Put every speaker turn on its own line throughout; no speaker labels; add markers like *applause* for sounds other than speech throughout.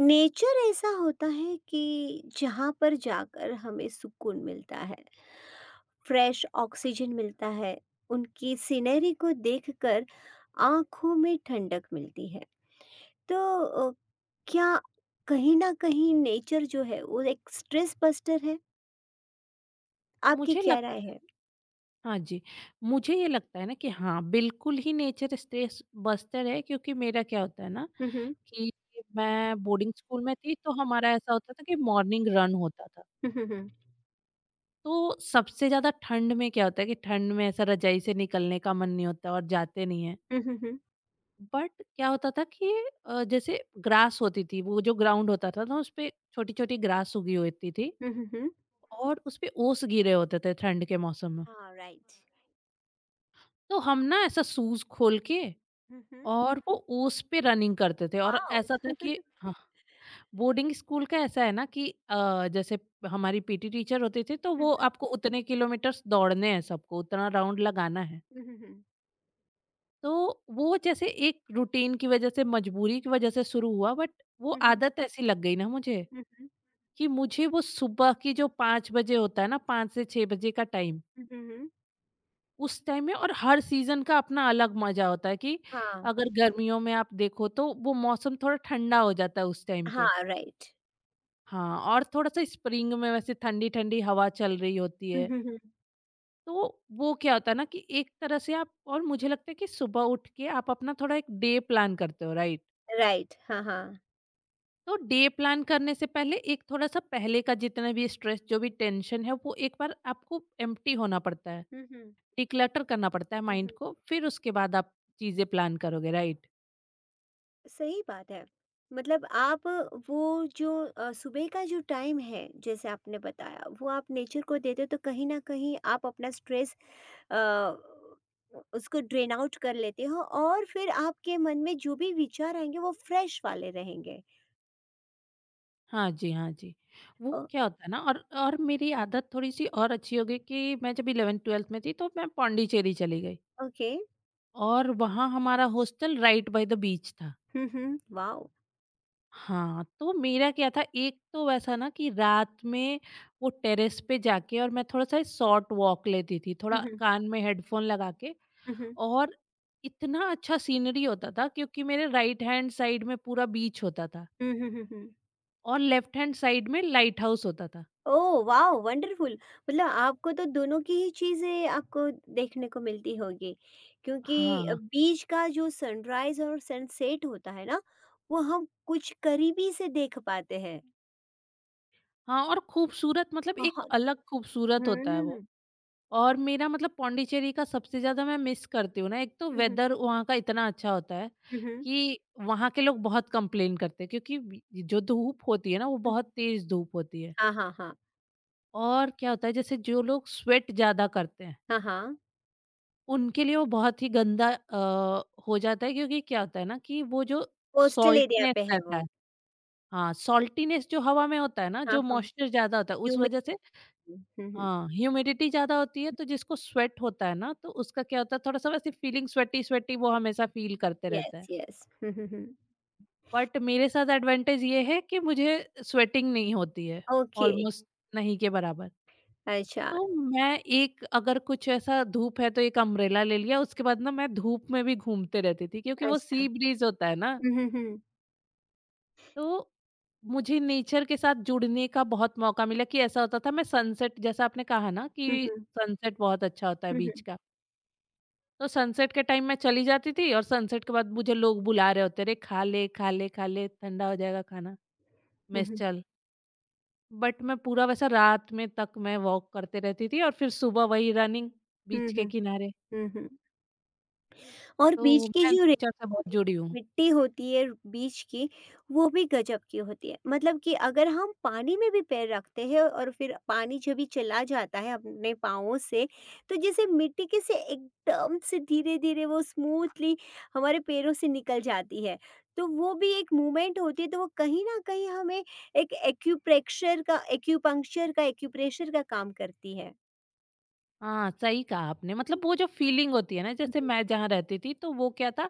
Nature ऐसा होता है कि जहाँ पर जाकर हमें सुकून मिलता है। फ्रेश ऑक्सीजन मिलता है। उनकी सीनरी को देखकर आंखों में ठंडक मिलती है। तो अ, क्या कहीं ना कहीं नेचर जो है वो एक स्ट्रेस बस्टर है। आपकी
मुझे
क्या
लग
राय है?
हाँ जी, मुझे ये लगता है ना कि हाँ, बिल्कुल ही नेचर स्ट्रेस बस्टर है, क्योंकि मेरा क्या होता है ना
हम्म।
कि मैं बोर्डिंग स्कूल में थी तो हमारा ऐसा होता था कि मॉर्निंग रन होता था।
हम्म।
तो सबसे ज़्यादा ठंड में क्या होता है कि ठंड में ऐसा रज़ाई से निकलने का मन नहीं होता और जाते नहीं हैं।
हम्म।
बट क्या होता था कि जैसे ग्रास होती थी, वो जो ग्राउंड होता था ना उसपे छोटी-छोटी ग्रास उगी होती थी,
हम्म।
और उसपे ओस गिरे होते थे ठंड के मौसम में।
हाँ, राइट।
तो हम ना ऐसा शूज़ खोल के
हम्म।
और वो उस पे रनिंग करते थे, और
वाओ।
ऐसा था कि हाँ। बोर्डिंग स्कूल का ऐसा है ना कि जैसे हमारी पीटी टीचर होती थी, तो वो
हम्म।
आपको उतने किलोमीटर्स दौड़ने हैं सबको, उतना राउंड लगाना है।
हम्म। हम्म।
तो वो जैसे एक रूटीन की वजह से, मजबूरी की वजह से शुरू हुआ, बट वो
हम्म।
आदत ऐसी लग गई ना मुझे,
हम्म।
कि मुझे वो सुबह की जो 5 बजे होता है ना, 5 से 6 बजे का टाइम,
हम्म।
उस टाइम में, और हर सीज़न का अपना अलग मज़ा होता है, कि
हाँ,
अगर गर्मियों में आप देखो तो वो मौसम थोड़ा ठंडा हो जाता है उस टाइम
हाँ,
पे।
राइट।
हाँ, और थोड़ा-सा स्प्रिंग में वैसे ठंडी-ठंडी हवा चल रही होती
*laughs* हुँ,
है,
हुँ, हुँ।
तो वो क्या होता है ना कि एक तरह से आप, और मुझे लगता है कि सुबह उठ के आप अपना थोड़ा एक डे प्लान करते हो, राइट?
राइट, हाँ, हाँ।
तो डे प्लान करने से पहले एक थोड़ा-सा पहले का जितना भी स्ट्रेस, जो भी टेंशन है, वो एक बार आपको एम्प्टी होना पड़ता है,
हुँ, हुँ,
डिक्लटर करना पड़ता है
हुँ,
माइंड
हुँ।
को, फिर उसके बाद आप चीज़ें प्लान करोगे, राइट?
सही बात है। मतलब आप वो जो सुबह का जो टाइम है, जैसे आपने बताया, वो आप नेचर को देते हो, तो कहीं न कहीं आप अपना स्ट्रेस अ, उसको ड्रेन आउट कर लेते हो और फिर आपके मन में जो भी विचार आएँगे, वो फ्रेश वाले रहेंगे।
हाँ जी, हाँ जी। वो
ओ,
क्या होता है ना, और मेरी आदत थोड़ी-सी और अच्छी हो गई कि मैं जब 11th-12th में थी, तो मैं पौंडीचेरी चली गई।
ओके।
और वहाँ हमारा hostel right by the beach था।
हुँ, हुँ, वॉव!
हाँ, तो मेरा क्या था, एक तो वैसा ना कि रात में वो टेरेस पे जाके और मैं थोड़ा-सा शॉर्ट वॉक लेती थी, थोड़ा
हुँ, हुँ,
कान में हेडफ़ोन लगा के,
हुँ, हुँ।
और इतना अच्छा सीनरी होता था क्योंकि मेरे राइट हैंड साइड में पूरा बीच होता था,
हुँ, हुँ, हुँ, हुँ।
और लेफ्ट हैंड साइड में लाइट हाउस होता था।
Oh wow! वंडरफुल। मतलब आपको तो दोनों की ही चीज़ें आपको देखने को मिलती होगी क्योंकि
हाँ,
बीच का जो सनराइज़ और सनसेट होता है ना, वो हम कुछ करीबी से देख पाते हैं।
हाँ, और खूबसूरत, मतलब एक
बहुत।
अलग खूबसूरत होता है वो।
हुँ।
और मेरा मतलब पौंडीचेरी का सबसे ज़्यादा मैं मिस करती हूँ ना, एक तो
हुँ, हुँ।
वेदर वहाँ का इतना अच्छा होता है
हुँ, हुँ।
कि वहाँ के लोग बहुत कंप्लेन करते हैं क्योंकि वी जो धूप होती है ना, वो
हुँ।
बहुत तेज़ धूप होती है।
हाँ, हाँ, हाँ।
और क्या होता है, जैसे जो लोग स्वेट ज़्यादा करते हैं,
हाँ, हाँ।
उनके लिए वो बहुत ही गंदा हो जाता है, क्योंकि क्या होता है ना कि वो जो
कोस्टल एरिया
सॉल्टीनेस
पे है
रहता है,
वो।
हाँ, सॉल्टीनेस जो हवा में होता है ना,
हाँ,
जो
हाँ।
मॉइस्चर ज़्यादा होता है, उस
ह्यूमिड।
वजह से,
हुँ, हुँ।
हाँ, ह्यूमिडिटी ज़्यादा होती है, तो जिसको स्वेट होता है ना तो उसका क्या होता है, थोड़ा-सा वैसे फीलिंग स्वेटी स्वेटी वो हमेशा फील करते रहता
यस,
है।
यस। हुँ, हुँ, हुँ।
बट मेरे साथ एडवांटेज ये है कि मुझे स्वेटिंग नहीं होती है,
ओके।
ऑलमोस्ट नहीं के बराबर।
अच्छा,
तो मैं, एक अगर कुछ ऐसा धूप है तो एक अम्ब्रेला ले लिया, उसके बाद ना मैं धूप में भी घूमते रहती थी क्योंकि वो
अच्छा।
सी ब्रीज़ होता है ना,
हुँ, हुँ, हुँ।
तो मुझे नेचर के साथ जुड़ने का बहुत मौका मिला, कि ऐसा होता था मैं सनसेट, जैसा आपने कहा ना,
हुँ,
कि
हुँ।
सनसेट बहुत अच्छा होता है
हुँ,
बीच
हुँ।
का। तो सनसेट के टाइम मैं चली जाती थी, और सनसेट के बाद मुझे लोग बुला रहे होते, "अरे खा ले, खा ले, खा ले, ठंडा हो जाएगा खाना,
हुँ,
मेस
हुँ।
चल।" बट मैं पूरा वैसा रात में तक मैं वॉक करते रहती थी, और फिर सुबह वही रनिंग,
हुँ,
बीच
हुँ।
के किनारे।
हुँ, हुँ। और बीच
तो
की
मैं
जो रेत
नेचर से बहुत
होती
जुड़ी हूँ।
मिट्टी होती है बीच की, वो भी गजब की होती है। मतलब कि अगर हम पानी में भी पैर रखते हैं और फिर पानी जब भी चला जाता है अपने पाँवों से तो जैसे मिट्टी के से एकदम से धीरे-धीरे वो स्मूथली हमारे पैरों से निकल जाती है। तो वो भी एक मूवमेंट होती है तो वो कहीं न कहीं हमें एक एक्यूप्रेक्शर का एक्यूपंक्चर का एक्यूप्रेशर का काम करती है।
हाँ, सही कहा आपने। मतलब वो जो फीलिंग होती है ना, जैसे
*laughs*
मैं जहाँ रहती थी तो वो क्या था,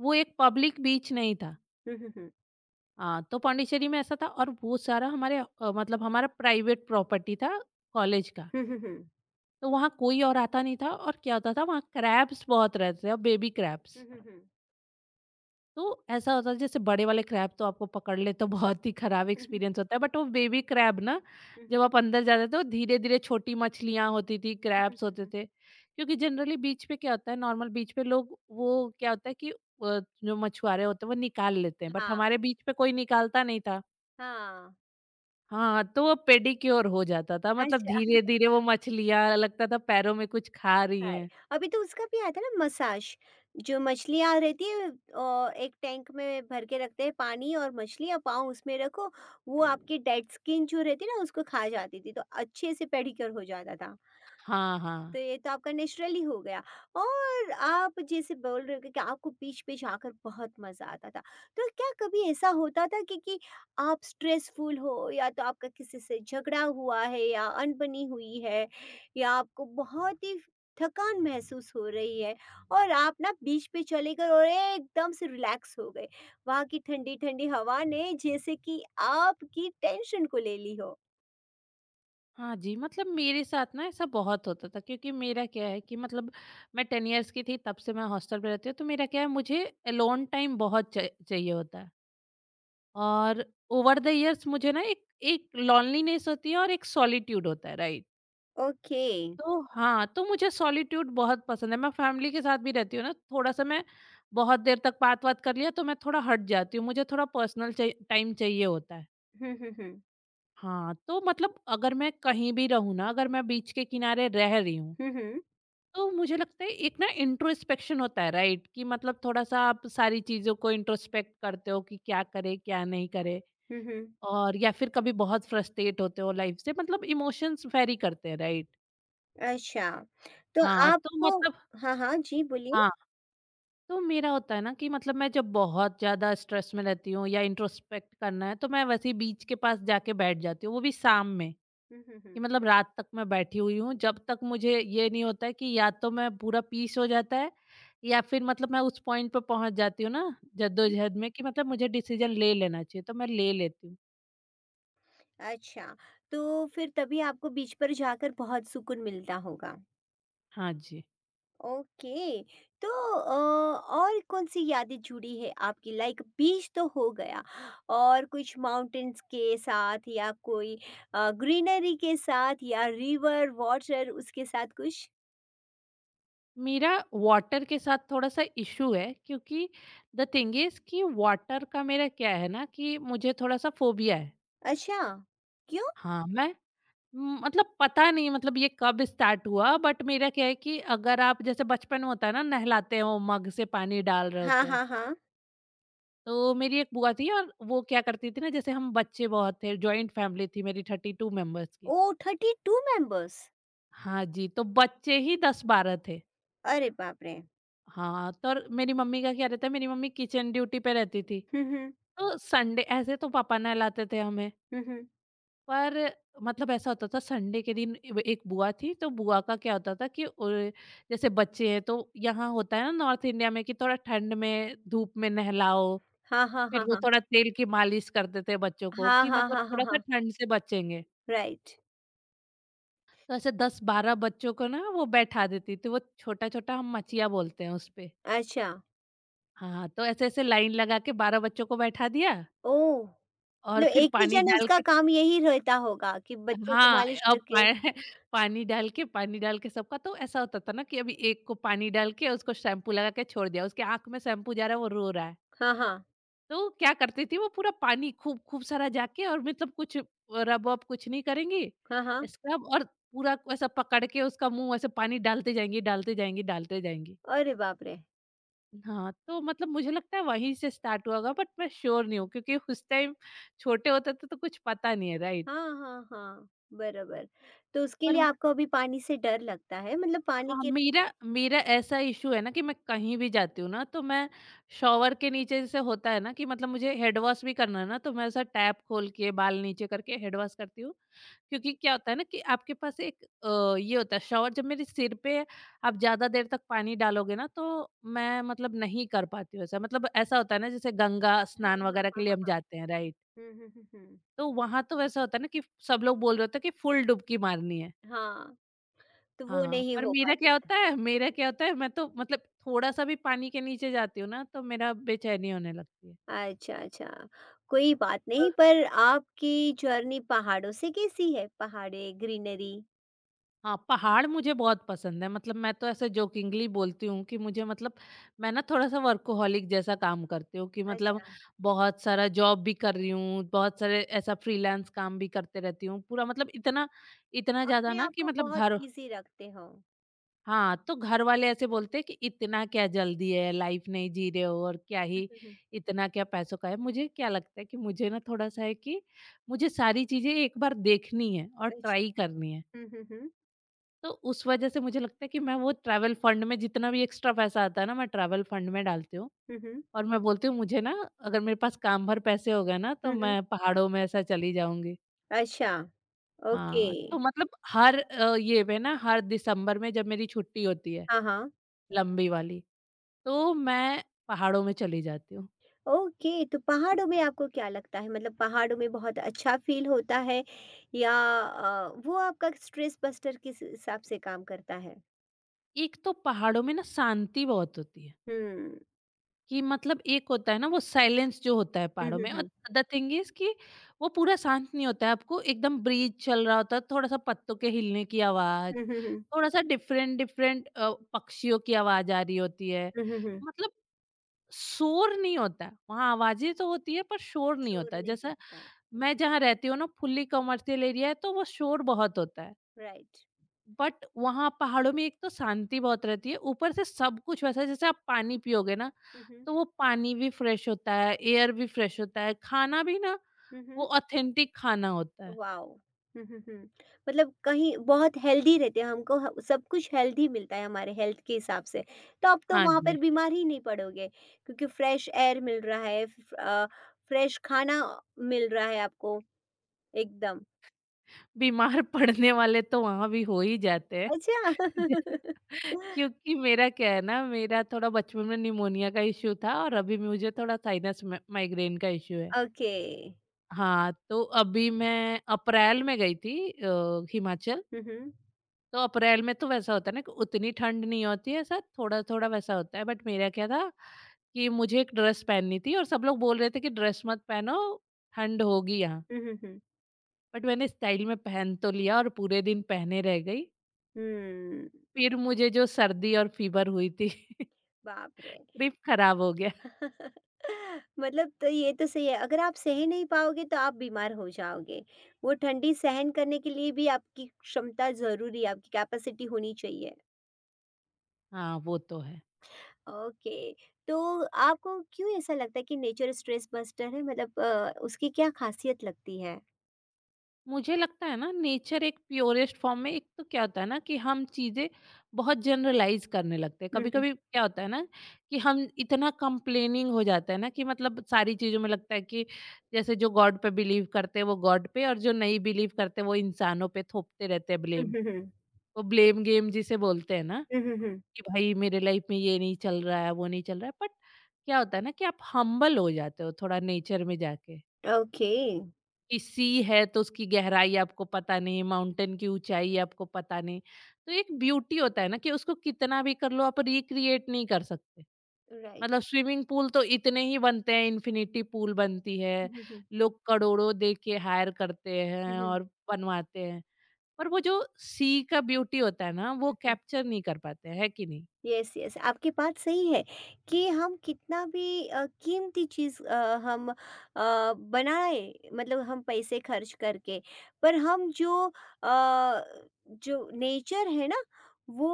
वो एक पब्लिक बीच नहीं था।
हुँ, हुँ।
हाँ, तो पॉन्डिचेरी में ऐसा था, और वो सारा हमारे मतलब हमारा प्राइवेट प्रॉपर्टी था, कॉलेज का।
हुँ, हुँ, हुँ।
तो वहाँ कोई और आता नहीं था, और क्या होता था, वहाँ क्रैब्स बहुत रहते थे, और बेबी क्रैब्स।
हुँ, हुँ, हुँ।
तो ऐसा होता था, जैसे बड़े वाले क्रैब तो आपको पकड़ ले तो *laughs* बहुत ही खराब
हुँ, हुँ, हुँ।
एक्सपीरियंस होता है, बट वो बेबी क्रैब ना,
हुँ, हुँ,
जब
हुँ।
आप अंदर जाते थे, वो धीरे-धीरे, छोटी मछलियाँ होती थी,
हुँ, हुँ,
क्रैब्स
हुँ।
होते थे। क्योंकि जनरली बीच पे क्या होता है, नॉर्मल बीच पे लोग वो क्या होता है कि जो मछुआरे होते हैं वो निकाल लेते हैं, बट
हाँ।
हमारे बीच पे कोई निकालता नहीं था।
हाँ,
हाँ, तो वो पेडिक्योर हो जाता था, मतलब
अच्छा। *laughs*
धीरे-धीरे वो मछलियाँ, लगता था पैरों में कुछ खा रही
अरे!
हैं।
अभी तो उसका भी आया था ना मसाज, जो मछलियाँ रहती है एक टैंक में भर के रखते हैं पानी और मछलियाँ, पाँव उसमें रखो, वो आपकी डेड स्किन जो रहती है ना उसको खा जाती थी, तो अच्छे से पेडीक्योर हो जाता था।
हाँ, हाँ।
तो ये तो आपका नेचुरली हो गया और आप जैसे बोल रहे हो कि आपको बीच-बीच आकर बहुत मज़ा आता था। तो क्या कभी ऐसा होता था कि आप स्ट्रेसफुल हो या तो आपका किसी से झगड़ा हुआ है या अनबनी हुई है या आपको बहुत ही थकान महसूस हो रही है और आप ना बीच पे चले गए और एकदम से रिलैक्स हो गए। वहाँ की ठंडी-ठंडी हवा ने जैसे कि आपकी टेंशन को ले ली हो।
हाँ जी, मतलब मेरे साथ ना ऐसा बहुत होता था, क्योंकि मेरा क्या है कि मतलब मैं 10 इयर्स की थी तब से मैं हॉस्टल पे रहती हूँ, तो मेरा क्या है, मुझे अलोन टाइम बहुत चा चाहिए होता है। और ओवर द इयर्स मुझे ना एक एक लोनलीनेस होती है, और एक सॉलिट्यूड होता है, राइट?
ओके।
तो हाँ, तो मुझे सॉलिट्यूड बहुत पसंद है। मैं फैमिली के साथ भी रहती हूँ ना, थोड़ा-सा मैं बहुत देर तक बात-वात कर लिया तो मैं थोड़ा हट जाती हूँ। मुझे थोड़ा पर्सनल चाइ टाइम चाहिए होता है।
हुँ, हुँ, हुँ।
हाँ, तो मतलब अगर मैं कहीं भी रहूँ ना, अगर मैं बीच के किनारे रह रही हूँ
हुँ, हुँ।
तो मुझे लगता है एक ना इंट्रोस्पेक्शन होता है, राइट, कि मतलब थोड़ा सा आप सारी चीज़ों को इंट्रोस्पेक्ट करते हो, कि क्या करे क्या नहीं करे,
हुँ, हुँ।
और या फिर कभी बहुत फ्रस्ट्रेट होते हो लाइफ से, मतलब इमोशंस वेरी करते हैं, राइट?
अच्छा, तो
हाँ, तो
आपको
मतलब,
हाँ, हाँ, जी बोलिए?
हाँ, तो मेरा होता है ना कि मतलब मैं जब बहुत ज़्यादा स्ट्रेस में रहती हूँ या इंट्रोस्पेक्ट करना है, तो मैं वैसे ही बीच के पास जाके बैठ जाती हूँ, वो भी शाम में,
हुँ, हुँ, हुँ,
कि मतलब रात तक मैं बैठी हुई हूँ, जब तक मुझे ये नहीं होता है कि या तो मैं पूरा पीस हो जाता है, या फिर मतलब मैं उस पॉइंट पे पहुंच जाती हूँ ना,
हुँ।
जद्दोजहद में, कि मतलब मुझे डिसीजन ले लेना चाहिए, तो मैं ले लेती हूँ।
अच्छा, तो फिर तभी आपको बीच पर जाकर बहुत सुकून मिलता होगा।
हाँ जी।
ओके, तो अ, और कौन-सी यादें जुड़ी है आपकी, लाइक बीच तो हो गया और कुछ माउंटेन्स के साथ या कोई ग्रीनरी के साथ या रिवर, वाटर उसके साथ कुछ?
मेरा वाटर के साथ थोड़ा सा इशू है, क्योंकि द थिंग इज कि वाटर का मेरा क्या है ना कि मुझे थोड़ा सा फोबिया है।
अच्छा, क्यों?
हाँ, मैं मतलब पता नहीं, मतलब ये कब स्टार्ट हुआ, बट मेरा क्या है कि अगर आप, जैसे बचपन में होता है ना, नहलाते हो मग से पानी डाल रहे
हाँ,
होते हैं,
हाँ, हाँ।
तो मेरी एक बुआ थी, और वो क्या करती थी ना, जैसे हम बच्चे बहुत थे, जॉइंट फैमिली थी मेरी 32 मेंबर्स की।
ओह! 32 मेंबर्स।
हाँ जी, तो बच्चे ही 10-12 थे।
अरे बाप रे!
हाँ, तो और मेरी मम्मी का क्या रहता है, मेरी मम्मी किचन ड्यूटी पे रहती थी,
हुँ, हुँ।
तो संडे ऐसे तो पापा नहलाते थे हमें,
हुँ, हुँ।
पर मतलब ऐसा होता था, संडे के दिन एक बुआ थी, तो बुआ का क्या होता था कि जैसे बच्चे हैं तो, यहाँ होता है ना नॉर्थ इंडिया में, कि थोड़ा ठंड में धूप में नहलाओ,
हाँ, हाँ,
फिर
हाँ,
वो
हाँ।
थोड़ा तेल की मालिश करते थे बच्चों को
हाँ,
कि
हाँ,
मतलब
हाँ, हाँ,
थोड़ा-सा
हाँ।
ठंड से बचेंगे।
राइट।
तो ऐसे 10-12 बच्चों को ना वो बैठा देती थी, वो छोटा-छोटा, हम मचिया बोलते हैं उसपे।
अच्छा।
हाँ, तो ऐसे-ऐसे लाइन लगा के 12 बच्चों को बैठा दिया,
ओह!
और
मतलब
फिर
एक ही
पानी
जन
डाल
उसका
के,
काम यही रहता होगा कि बच्चों को
हाँ,
मालिश
अब पा
करके।
*laughs* पानी डाल के, पानी डाल के सबका, तो ऐसा होता था ना कि अभी एक को पानी डाल के उसको शैम्पू लगा के छोड़ दिया, उसके आँख में शैम्पू जा रहा है, वो रो रहा है।
हाँ, हाँ।
तो क्या करती थी, वो पूरा पानी खूब खूब सारा जाके, और मतलब कुछ रब वब कुछ नहीं करेंगी,
हाँ, हाँ।
स्क्रब, और पूरा ऐसा पकड़ के उसका मुँह, ऐसे पानी डालते जाएँगी, डालते जाएँगी, डालते जाएँगी।
अरे बाप रे!
हाँ, तो मतलब मुझे लगता है वहीं से स्टार्ट हुआ होगा, बट मैं श्योर नहीं हूँ, क्योंकि उस टाइम छोटे होते थे तो कुछ पता नहीं है, राइट?
हाँ, हाँ, हाँ। बराबर। तो उसके
पर
लिए आपको अभी पानी से डर लगता है मतलब पानी
हाँ,
के
मेरा मेरा ऐसा इशू है ना कि मैं कहीं भी जाती हूँ ना तो मैं शॉवर के नीचे जैसे होता है ना कि मतलब मुझे हेड वॉश भी करना है ना तो मैं ऐसा टैप खोल के बाल नीचे करके हेड वॉश करती हूँ। क्योंकि क्या होता है ना कि आपके पास एक ये होता है शॉवर। जब मेरे सिर पे आप ज्यादा देर तक पानी डालोगे ना तो मैं मतलब नहीं कर पाती हूँ ऐसा। मतलब ऐसा होता है ना जैसे गंगा
हाँ,
स्नान
हाँ,
वगैरह के
हाँ,
लिए हम
हाँ।
जाते हैं राइट,
हुँ, हुँ, हुँ, हुँ।
तो वहां तो वैसा होता है ना कि सब लोग बोल रहे होते हैं कि फुल डुबकी मारनी है।
हाँ, तो
हाँ,
वो
हाँ,
नहीं
पर
हो
मेरा
पाती
क्या
है।
होता है मेरा क्या होता है, मैं तो मतलब थोड़ा-सा भी पानी के नीचे जाती हूँ ना तो मेरा बेचैनी होने लगती है।
अच्छा, अच्छा। कोई बात
हाँ।
नहीं, पर आपकी जर्नी पहाड़ों से कैसी है? पहाड़ें, ग्रीनरी?
हाँ, पहाड़ मुझे बहुत पसंद है। मतलब मैं तो ऐसे जोकिंगली बोलती हूँ कि मुझे मतलब मैं ना थोड़ा-सा वर्कोहॉलिक जैसा काम करती हूँ कि मतलब
अच्छा।
बहुत सारा जॉब भी कर रही हूँ, बहुत सारे ऐसा फ्रीलांस काम भी करते रहती हूँ। पूरा मतलब इतना इतना ज़्यादा
अपने
ना
आप
कि
को
मतलब
बहुत
घर,
बिज़ी रखते हो।
हाँ, तो घर वाले ऐसे बोलते हैं कि इतना क्या जल्दी है, लाइफ नहीं जी रहे हो और क्या
हुँ,
ही
हुँ, हुँ।
इतना क्या पैसों का है। मुझे क्या लगता है कि मुझे ना थोड़ा-सा है कि मुझे सारी चीज़ें एक बार देखनी है और
अच्छा।
ट्राई करनी है।
हुँ, हुँ, हुँ।
तो उस वजह से मुझे लगता है कि मैं वो ट्रैवल फंड में जितना भी एक्स्ट्रा पैसा आता है ना, मैं ट्रैवल फंड में डालती हूँ।
हुँ, हुँ।
और मैं बोलती हूँ, मुझे ना अगर मेरे पास काम भर पैसे हो गए ना,
हुँ,
तो
हुँ।
मैं पहाड़ों में ऐसा चली जाऊँगी।
अच्छा, ओके।
हाँ, तो मतलब हर ये पे ना हर दिसंबर में जब मेरी छुट्टी होती है,
हाँ, हाँ।
लंबी वाली, तो मैं पहाड़ों में चली जाती हूँ।
ओके, तो पहाड़ों में आपको क्या लगता है, मतलब पहाड़ों में बहुत अच्छा फ़ील होता है या वो आपका स्ट्रेस बस्टर किस हिसाब से काम करता है?
एक तो पहाड़ों में ना शांति बहुत होती है,
हुँ।
कि मतलब एक होता है ना वो साइलेंस जो होता है
हुँ,
पहाड़ों
हुँ,
में। और
हुँ।
द थिंग इज़ कि वो पूरा शांत नहीं होता है, आपको एकदम ब्रीज़ चल रहा होता है, थोड़ा-सा पत्तों के हिलने की आवाज़,
हुँ, हुँ, हुँ।
थोड़ा-सा डिफरेंट-डिफरेंट पक्षियों की आवाज़ आ रही होती है।
हुँ, हुँ, हुँ।
मतलब शोर नहीं होता है। वहाँ आवाजें तो होती है पर शोर नहीं
शोर
होता है।
नहीं
जैसा
होता है,
मैं जहाँ रहती हूँ ना फुल्ली कमर्शियल एरिया है तो वो शोर बहुत होता है।
राइट।
बट वहाँ पहाड़ों में एक तो शांति बहुत रहती है, ऊपर से सब कुछ वैसा है, जैसे आप पानी पियोगे ना
हुँ, हुँ।
तो वो पानी भी फ्रेश होता है, एयर भी फ्रेश होता है, खाना भी ना
हुँ,
वो
हुँ।
ऑथेंटिक खाना होता है।
वाओ! हुँ, हुँ, हुँ। मतलब कहीं बहुत हेल्दी रहते हैं, हमको ह सब कुछ हेल्दी मिलता है हमारे हेल्थ के हिसाब से। तो अब तो
हाँ
वहाँ पर
जी।
बीमार ही नहीं पड़ोगे क्योंकि फ्रेश एयर मिल रहा है, फ्रेश खाना मिल रहा है आपको एकदम।
बीमार पड़ने वाले तो वहाँ भी हो ही जाते हैं।
अच्छा! *laughs*
*laughs* क्योंकि मेरा क्या है ना, मेरा थोड़ा बचपन में निमोनिया का इश्यू था और अभी मुझे थोड़ा साइनस में माइग्रेन का इश्यू है।
ओके।
हाँ, तो अभी मैं अप्रैल में गई थी हिमाचल।
हुँ, हुँ।
तो अप्रैल में तो वैसा होता है ना कि उतनी ठंड नहीं होती है, ऐसा थोड़ा-थोड़ा वैसा होता है। बट मेरा क्या था कि मुझे एक ड्रेस पहननी थी और सब लोग बोल रहे थे कि ड्रेस मत पहनो, ठंड होगी यहाँ।
हुँ, हुँ, हुँ।
बट मैंने स्टाइल में पहन तो लिया और पूरे दिन पहने रह गई।
हुँ,
फिर मुझे जो सर्दी और फीवर हुई थी। *laughs*
बाप रे!
ट्रिप खराब हो गया।
*laughs* मतलब तो ये तो सही है, अगर आप सह नहीं पाओगे तो आप बीमार हो जाओगे। वो ठंडी सहन करने के लिए भी आपकी क्षमता जरूरी है, आपकी कैपेसिटी होनी चाहिए।
हाँ वो तो है।
ओके, तो आपको क्यों ऐसा लगता है कि नेचर स्ट्रेस बस्टर है, मतलब उसकी क्या खासियत लगती है?
मुझे लगता है ना नेचर एक प्योरेस्ट फॉर्म में, एक तो क्या होता है ना कि हम चीज़ें बहुत जनरलाइज करने लगते हैं। कभी
हम्म।
कभी क्या होता है ना कि हम इतना कंप्लेनिंग हो जाता है ना कि मतलब सारी चीज़ों में लगता है कि जैसे जो गॉड पे बिलीव करते हैं वो गॉड पे और जो नहीं बिलीव करते वो इंसानों पे थोपते रहते हैं ब्लेम।
हम्म। हम्म। हम्म।
वो ब्लेम गेम जिसे बोलते हैं ना
हम्म। हम्म।
कि भाई मेरे लाइफ में ये नहीं चल रहा है, वो नहीं चल रहा है। बट क्या होता है ना कि आप हम्बल हो जाते हो थोड़ा नेचर में जाके
ओके।
कि सी है तो उसकी गहराई आपको पता नहीं, माउंटेन की ऊंचाई आपको पता नहीं। तो एक ब्यूटी होता है ना कि उसको कितना भी कर लो आप रिक्रिएट नहीं कर सकते।
राइट।
मतलब स्विमिंग पूल तो इतने ही बनते हैं, इन्फिनिटी पूल बनती है,
हम्म। हम्म।
लोग करोड़ों दे के हायर करते
हम्म।
हैं और बनवाते हैं। पर वो जो सी का ब्यूटी होता है ना, वो
हम्म।
कैप्चर नहीं कर पाते हैं, है कि नहीं?
यस, यस, आपकी बात सही है कि हम कितना भी कीमती चीज़ हम बनाए, मतलब हम पैसे खर्च करके, पर हम जो अ, जो नेचर है ना, वो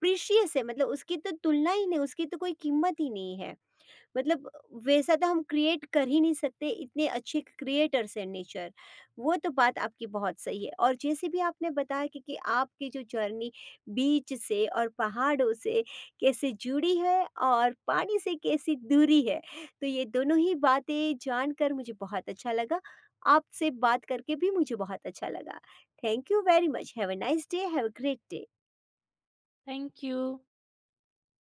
प्रीशियस है। मतलब उसकी तो तुलना ही नहीं, उसकी तो कोई कीमत ही नहीं है। मतलब वैसा तो हम क्रिएट कर ही नहीं सकते, इतने अच्छे क्रिएटर्स हैं नेचर। वो तो बात आपकी बहुत सही है। और जैसे भी आपने बताया कि आपकी जो जर्नी बीच से और पहाड़ों से कैसे जुड़ी है और पानी से कैसी दूरी है, तो ये दोनों ही बातें जानकर मुझे बहुत अच्छा लगा। आपसे बात करके भी मुझे बहुत अच्छा लगा। Thank you very much. Have a nice day, have a great day.
Thank you.